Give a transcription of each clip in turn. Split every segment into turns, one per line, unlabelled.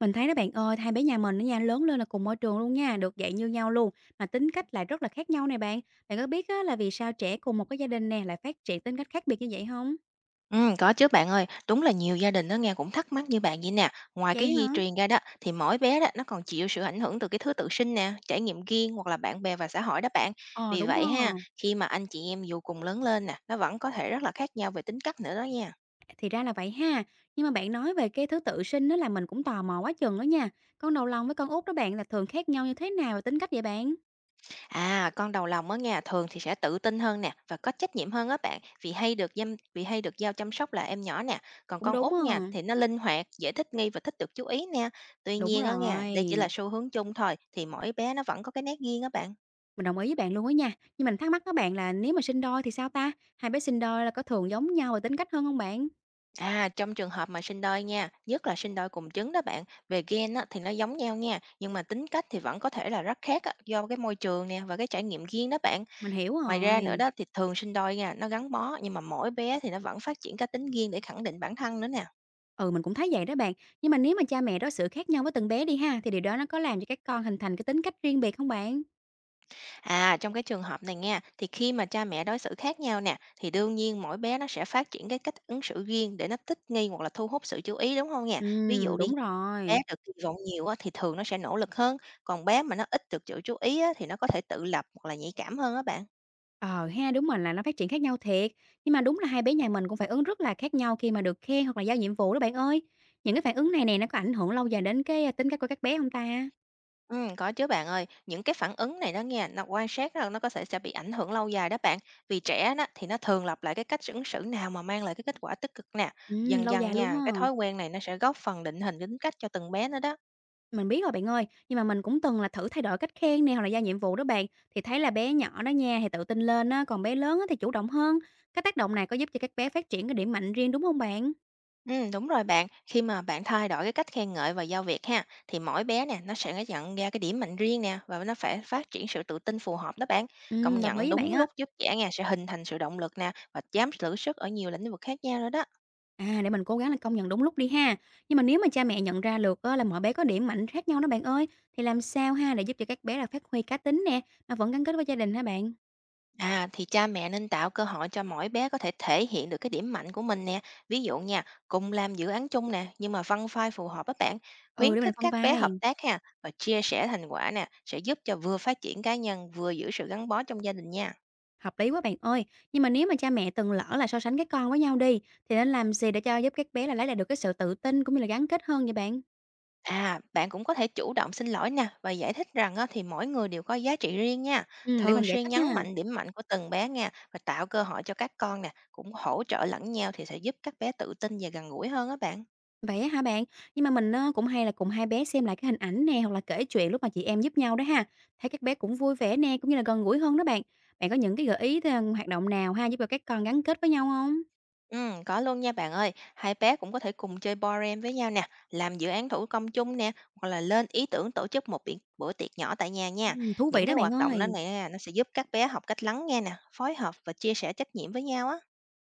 Mình thấy đó bạn ơi, hai bé nhà mình nó nha, lớn lên là cùng môi trường luôn nha, được dạy như nhau luôn, mà tính cách lại rất là khác nhau này bạn. Bạn có biết á, là vì sao trẻ cùng một cái gia đình nè lại phát triển tính cách khác biệt như vậy không?
Có chứ bạn ơi, đúng là nhiều gia đình nó nghe cũng thắc mắc như bạn vậy nè. Ngoài cái
Vậy
di
hả?
truyền ra đó thì mỗi bé đó nó còn chịu sự ảnh hưởng từ cái thứ tự sinh nè, trải nghiệm riêng hoặc là bạn bè và xã hội đó bạn.
Ờ
Vì
đúng
vậy ha,
rồi,
khi mà anh chị em dù cùng lớn lên nè, nó vẫn có thể rất là khác nhau về tính cách nữa đó nha.
thì ra là vậy ha. Nhưng mà bạn nói về cái thứ tự sinh đó là mình cũng tò mò quá chừng đó nha. Con đầu lòng với con út đó bạn là thường khác nhau như thế nào về tính cách vậy bạn?
À, con đầu lòng á nha, thường thì sẽ tự tin hơn nè và có trách nhiệm hơn á bạn, vì hay được giao chăm sóc là em nhỏ nè. Còn
Cũng
con
đúng
út
à.
nha thì nó linh hoạt, dễ thích nghi và thích được chú ý nè. Tuy
Đúng
nhiên á nha,
rồi,
đây chỉ là xu hướng chung thôi, thì mỗi bé nó vẫn có cái nét riêng á bạn.
mình đồng ý với bạn luôn đó nha. Nhưng mình thắc mắc các bạn là nếu mà sinh đôi thì sao ta? Hai bé sinh đôi là có thường giống nhau về tính cách hơn không bạn?
À, trong trường hợp mà sinh đôi nha, nhất là sinh đôi cùng trứng đó bạn, về gen á, thì nó giống nhau nha, nhưng mà tính cách thì vẫn có thể là rất khác á, do cái môi trường nè và cái trải nghiệm riêng đó bạn.
Mình hiểu
Ngoài ra nữa
rồi.
đó, thì thường sinh đôi nha, nó gắn bó, nhưng mà mỗi bé thì nó vẫn phát triển cá tính riêng để khẳng định bản thân nữa nè.
Ừ, mình cũng thấy vậy đó bạn. Nhưng mà nếu mà cha mẹ đối xử khác nhau với từng bé đi ha, thì điều đó nó có làm cho các con hình thành cái tính cách riêng biệt không bạn?
À, trong cái trường hợp này nha, thì khi mà cha mẹ đối xử khác nhau nè, thì đương nhiên mỗi bé nó sẽ phát triển cái cách ứng xử riêng để nó thích nghi hoặc là thu hút sự chú ý, đúng không nha. Ví dụ đi,
Đúng
bé
rồi.
được kỳ vọng nhiều á, thì thường nó sẽ nỗ lực hơn, còn bé mà nó ít được sự chú ý á, thì nó có thể tự lập hoặc là nhạy cảm hơn á bạn.
Ờ ha, đúng rồi là nó phát triển khác nhau thiệt. Nhưng mà đúng là hai bé nhà mình cũng phản ứng rất là khác nhau khi mà được khen hoặc là giao nhiệm vụ đó bạn ơi. Những cái phản ứng này nè nó có ảnh hưởng lâu dài đến tính cách của các bé không ta?
Có chứ bạn ơi. Những cái phản ứng này đó nghe, nó quan sát là nó có thể sẽ bị ảnh hưởng lâu dài đó bạn. Vì trẻ đó thì nó thường lặp lại cái cách ứng xử nào mà mang lại cái kết quả tích cực nè.
Ừ,
Dần
lâu
dần
dài luôn
nha,
ha.
cái thói quen này nó sẽ góp phần định hình cái tính cách cho từng bé nữa đó.
Mình biết rồi bạn ơi, nhưng mà mình cũng từng là thử thay đổi cách khen nè hoặc là giao nhiệm vụ đó bạn, thì thấy là bé nhỏ đó nha thì tự tin lên á, còn bé lớn á thì chủ động hơn. Cái tác động này có giúp cho các bé phát triển cái điểm mạnh riêng đúng không bạn?
Ừ, đúng rồi bạn. Khi mà bạn thay đổi cái cách khen ngợi và giao việc ha, thì mỗi bé nè, nó sẽ nhận ra cái điểm mạnh riêng nè và nó phải phát triển sự tự tin phù hợp đó bạn. Công
Đồng ý
nhận
với bạn
đúng
á.
lúc giúp trẻ nghe sẽ hình thành sự động lực nè và dám thử sức ở nhiều lĩnh vực khác nhau nữa đó.
À để mình cố gắng là công nhận đúng lúc đi ha. Nhưng mà nếu mà cha mẹ nhận ra được á, là mỗi bé có điểm mạnh khác nhau đó bạn ơi, thì làm sao ha để giúp cho các bé là phát huy cá tính nè mà vẫn gắn kết với gia đình hả bạn?
À, thì cha mẹ nên tạo cơ hội cho mỗi bé có thể thể hiện được cái điểm mạnh của mình nè. Ví dụ nha, cùng làm dự án chung nè, nhưng mà văn phai phù hợp với bạn. Khuyến
Ừ để mình
khích
phân
các bé hợp
vai.
tác ha và chia sẻ thành quả nè, sẽ giúp cho vừa phát triển cá nhân, vừa giữ sự gắn bó trong gia đình nha.
Hợp lý quá bạn ơi. Nhưng mà nếu mà cha mẹ từng lỡ là so sánh các con với nhau đi, thì nên làm gì để cho giúp các bé là lấy lại được cái sự tự tin cũng như là gắn kết hơn vậy bạn?
À, bạn cũng có thể chủ động xin lỗi nè và giải thích rằng á, thì mỗi người đều có giá trị riêng nha.
Để
Thường
mình giải
xuyên
thích
nhấn
nha.
mạnh điểm mạnh của từng bé nha và tạo cơ hội cho các con nè, cũng hỗ trợ lẫn nhau, thì sẽ giúp các bé tự tin và gần gũi hơn á bạn.
Vậy á hả bạn? Nhưng mà mình á, cũng hay là cùng hai bé xem lại cái hình ảnh nè hoặc là kể chuyện lúc mà chị em giúp nhau đó ha. Thấy các bé cũng vui vẻ nè cũng như là gần gũi hơn đó bạn. Bạn có những cái gợi ý, hoạt động nào ha giúp cho các con gắn kết với nhau không?
Có luôn nha bạn ơi. Hai bé cũng có thể cùng chơi board game với nhau nè, làm dự án thủ công chung nè, hoặc là lên ý tưởng tổ chức một bữa tiệc nhỏ tại nhà nha.
Thú
Những
vị đó
cái
bạn
hoạt động đó
ơi.
nè, nó sẽ giúp các bé học cách lắng nghe nè, phối hợp và chia sẻ trách nhiệm với nhau á.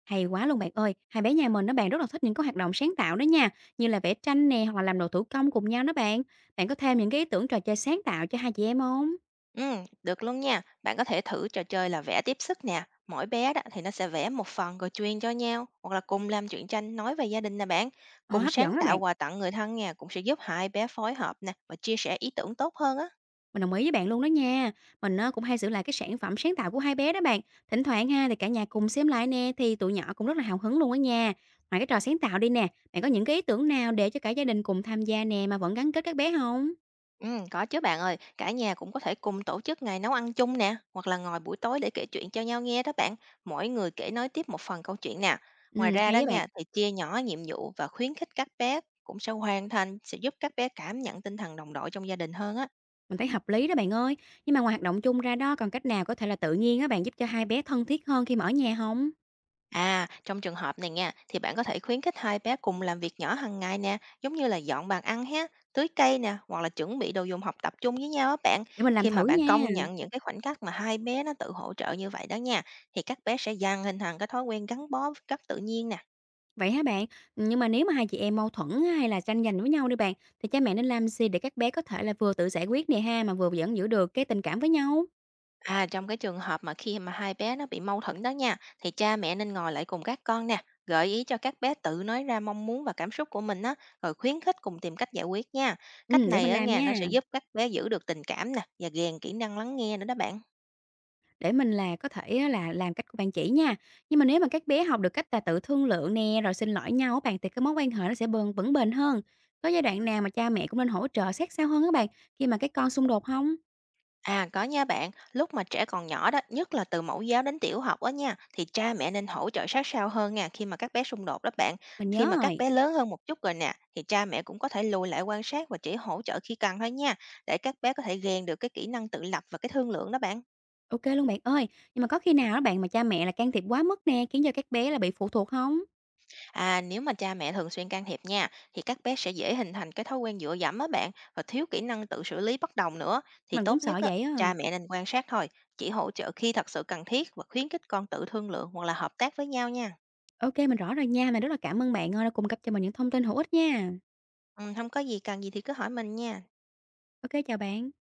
Hay quá luôn bạn ơi, hai bé nhà mình nó bạn rất là thích những cái hoạt động sáng tạo đó nha, như là vẽ tranh nè hoặc là làm đồ thủ công cùng nhau đó bạn. Bạn có thêm những cái ý tưởng trò chơi sáng tạo cho hai chị em không?
Ừ, được luôn nha. Bạn có thể thử trò chơi là vẽ tiếp sức nè. Mỗi bé đó thì nó sẽ vẽ một phần rồi truyền cho nhau, hoặc là cùng làm truyện tranh nói về gia đình nè bạn.
Ờ,
Cùng
hấp
sáng
dẫn đó
tạo
bạn,
quà tặng người thân nha, cũng sẽ giúp hai bé phối hợp nè và chia sẻ ý tưởng tốt hơn á.
mình đồng ý với bạn luôn đó nha. Mình cũng hay giữ lại cái sản phẩm sáng tạo của hai bé đó bạn. Thỉnh thoảng ha thì cả nhà cùng xem lại nè thì tụi nhỏ cũng rất là hào hứng luôn đó nha. Ngoài cái trò sáng tạo đi nè, bạn có những cái ý tưởng nào để cho cả gia đình cùng tham gia nè mà vẫn gắn kết các bé không?
Có chứ bạn ơi, cả nhà cũng có thể cùng tổ chức ngày nấu ăn chung nè, hoặc là ngồi buổi tối để kể chuyện cho nhau nghe đó bạn. Mỗi người kể nói tiếp một phần câu chuyện nè. Ngoài
Ừ,
ra đó
hay á bạn.
nha, thì chia nhỏ nhiệm vụ và khuyến khích các bé cũng sẽ hoàn thành, sẽ giúp các bé cảm nhận tinh thần đồng đội trong gia đình hơn á.
Mình thấy hợp lý đó bạn ơi. Nhưng mà ngoài hoạt động chung ra đó, còn cách nào có thể là tự nhiên á bạn giúp cho hai bé thân thiết hơn khi mà ở nhà hông?
À, trong trường hợp này nha, thì bạn có thể khuyến khích hai bé cùng làm việc nhỏ hàng ngày nè, giống như là dọn bàn ăn ha, tưới cây nè, hoặc là chuẩn bị đồ dùng học tập chung với nhau á bạn.
Để mình làm
Khi mà
thử
bạn
nha.
công nhận những cái khoảnh khắc mà hai bé nó tự hỗ trợ như vậy đó nha, thì các bé sẽ dần hình thành cái thói quen gắn bó với đất tự nhiên nè.
Vậy hả bạn? Nhưng mà nếu mà hai chị em mâu thuẫn á, hay là tranh giành với nhau đi bạn, thì cha mẹ nên làm gì để các bé có thể là vừa tự giải quyết nè ha, mà vừa vẫn giữ được cái tình cảm với nhau?
À, trong cái trường hợp mà khi mà hai bé nó bị mâu thuẫn đó nha, thì cha mẹ nên ngồi lại cùng các con nè, gợi ý cho các bé tự nói ra mong muốn và cảm xúc của mình á, rồi khuyến khích cùng tìm cách giải quyết nha. Cách
Để
này
mình
á
làm
nghe, nó sẽ
nha,
giúp các bé giữ được tình cảm nè và rèn kỹ năng lắng nghe nữa đó bạn.
để mình là có thể á là làm cách của bạn chỉ nha. Nhưng mà nếu mà các bé học được cách là tự thương lượng nè, rồi xin lỗi nhau á bạn, thì cái mối quan hệ nó sẽ bền vững bền hơn. Có giai đoạn nào mà cha mẹ cũng nên hỗ trợ sát sao hơn á bạn, khi mà các con xung đột không?
À, có nha bạn, lúc mà trẻ còn nhỏ đó, nhất là từ mẫu giáo đến tiểu học đó nha, thì cha mẹ nên hỗ trợ sát sao hơn nha khi mà các bé xung đột đó bạn.
Mình
Khi
nhớ
mà các
rồi.
bé lớn hơn một chút rồi nè, thì cha mẹ cũng có thể lùi lại quan sát và chỉ hỗ trợ khi cần thôi nha, để các bé có thể rèn được cái kỹ năng tự lập và cái thương lượng đó bạn.
OK luôn bạn ơi. Nhưng mà có khi nào đó bạn mà cha mẹ là can thiệp quá mức nè, khiến cho các bé là bị phụ thuộc không?
À, nếu mà cha mẹ thường xuyên can thiệp nha, thì các bé sẽ dễ hình thành cái thói quen dựa dẫm á bạn và thiếu kỹ năng tự xử lý bất đồng nữa. Thì
Mình cũng
tốt nhất
sợ
á,
vậy
cha
á.
mẹ nên quan sát thôi, chỉ hỗ trợ khi thật sự cần thiết và khuyến khích con tự thương lượng hoặc là hợp tác với nhau nha.
Ô mình rõ rồi nha. Mình rất là cảm ơn bạn đã cung cấp cho mình những thông tin hữu ích nha.
Hông có gì, cần gì thì cứ hỏi mình nha.
OK chào bạn.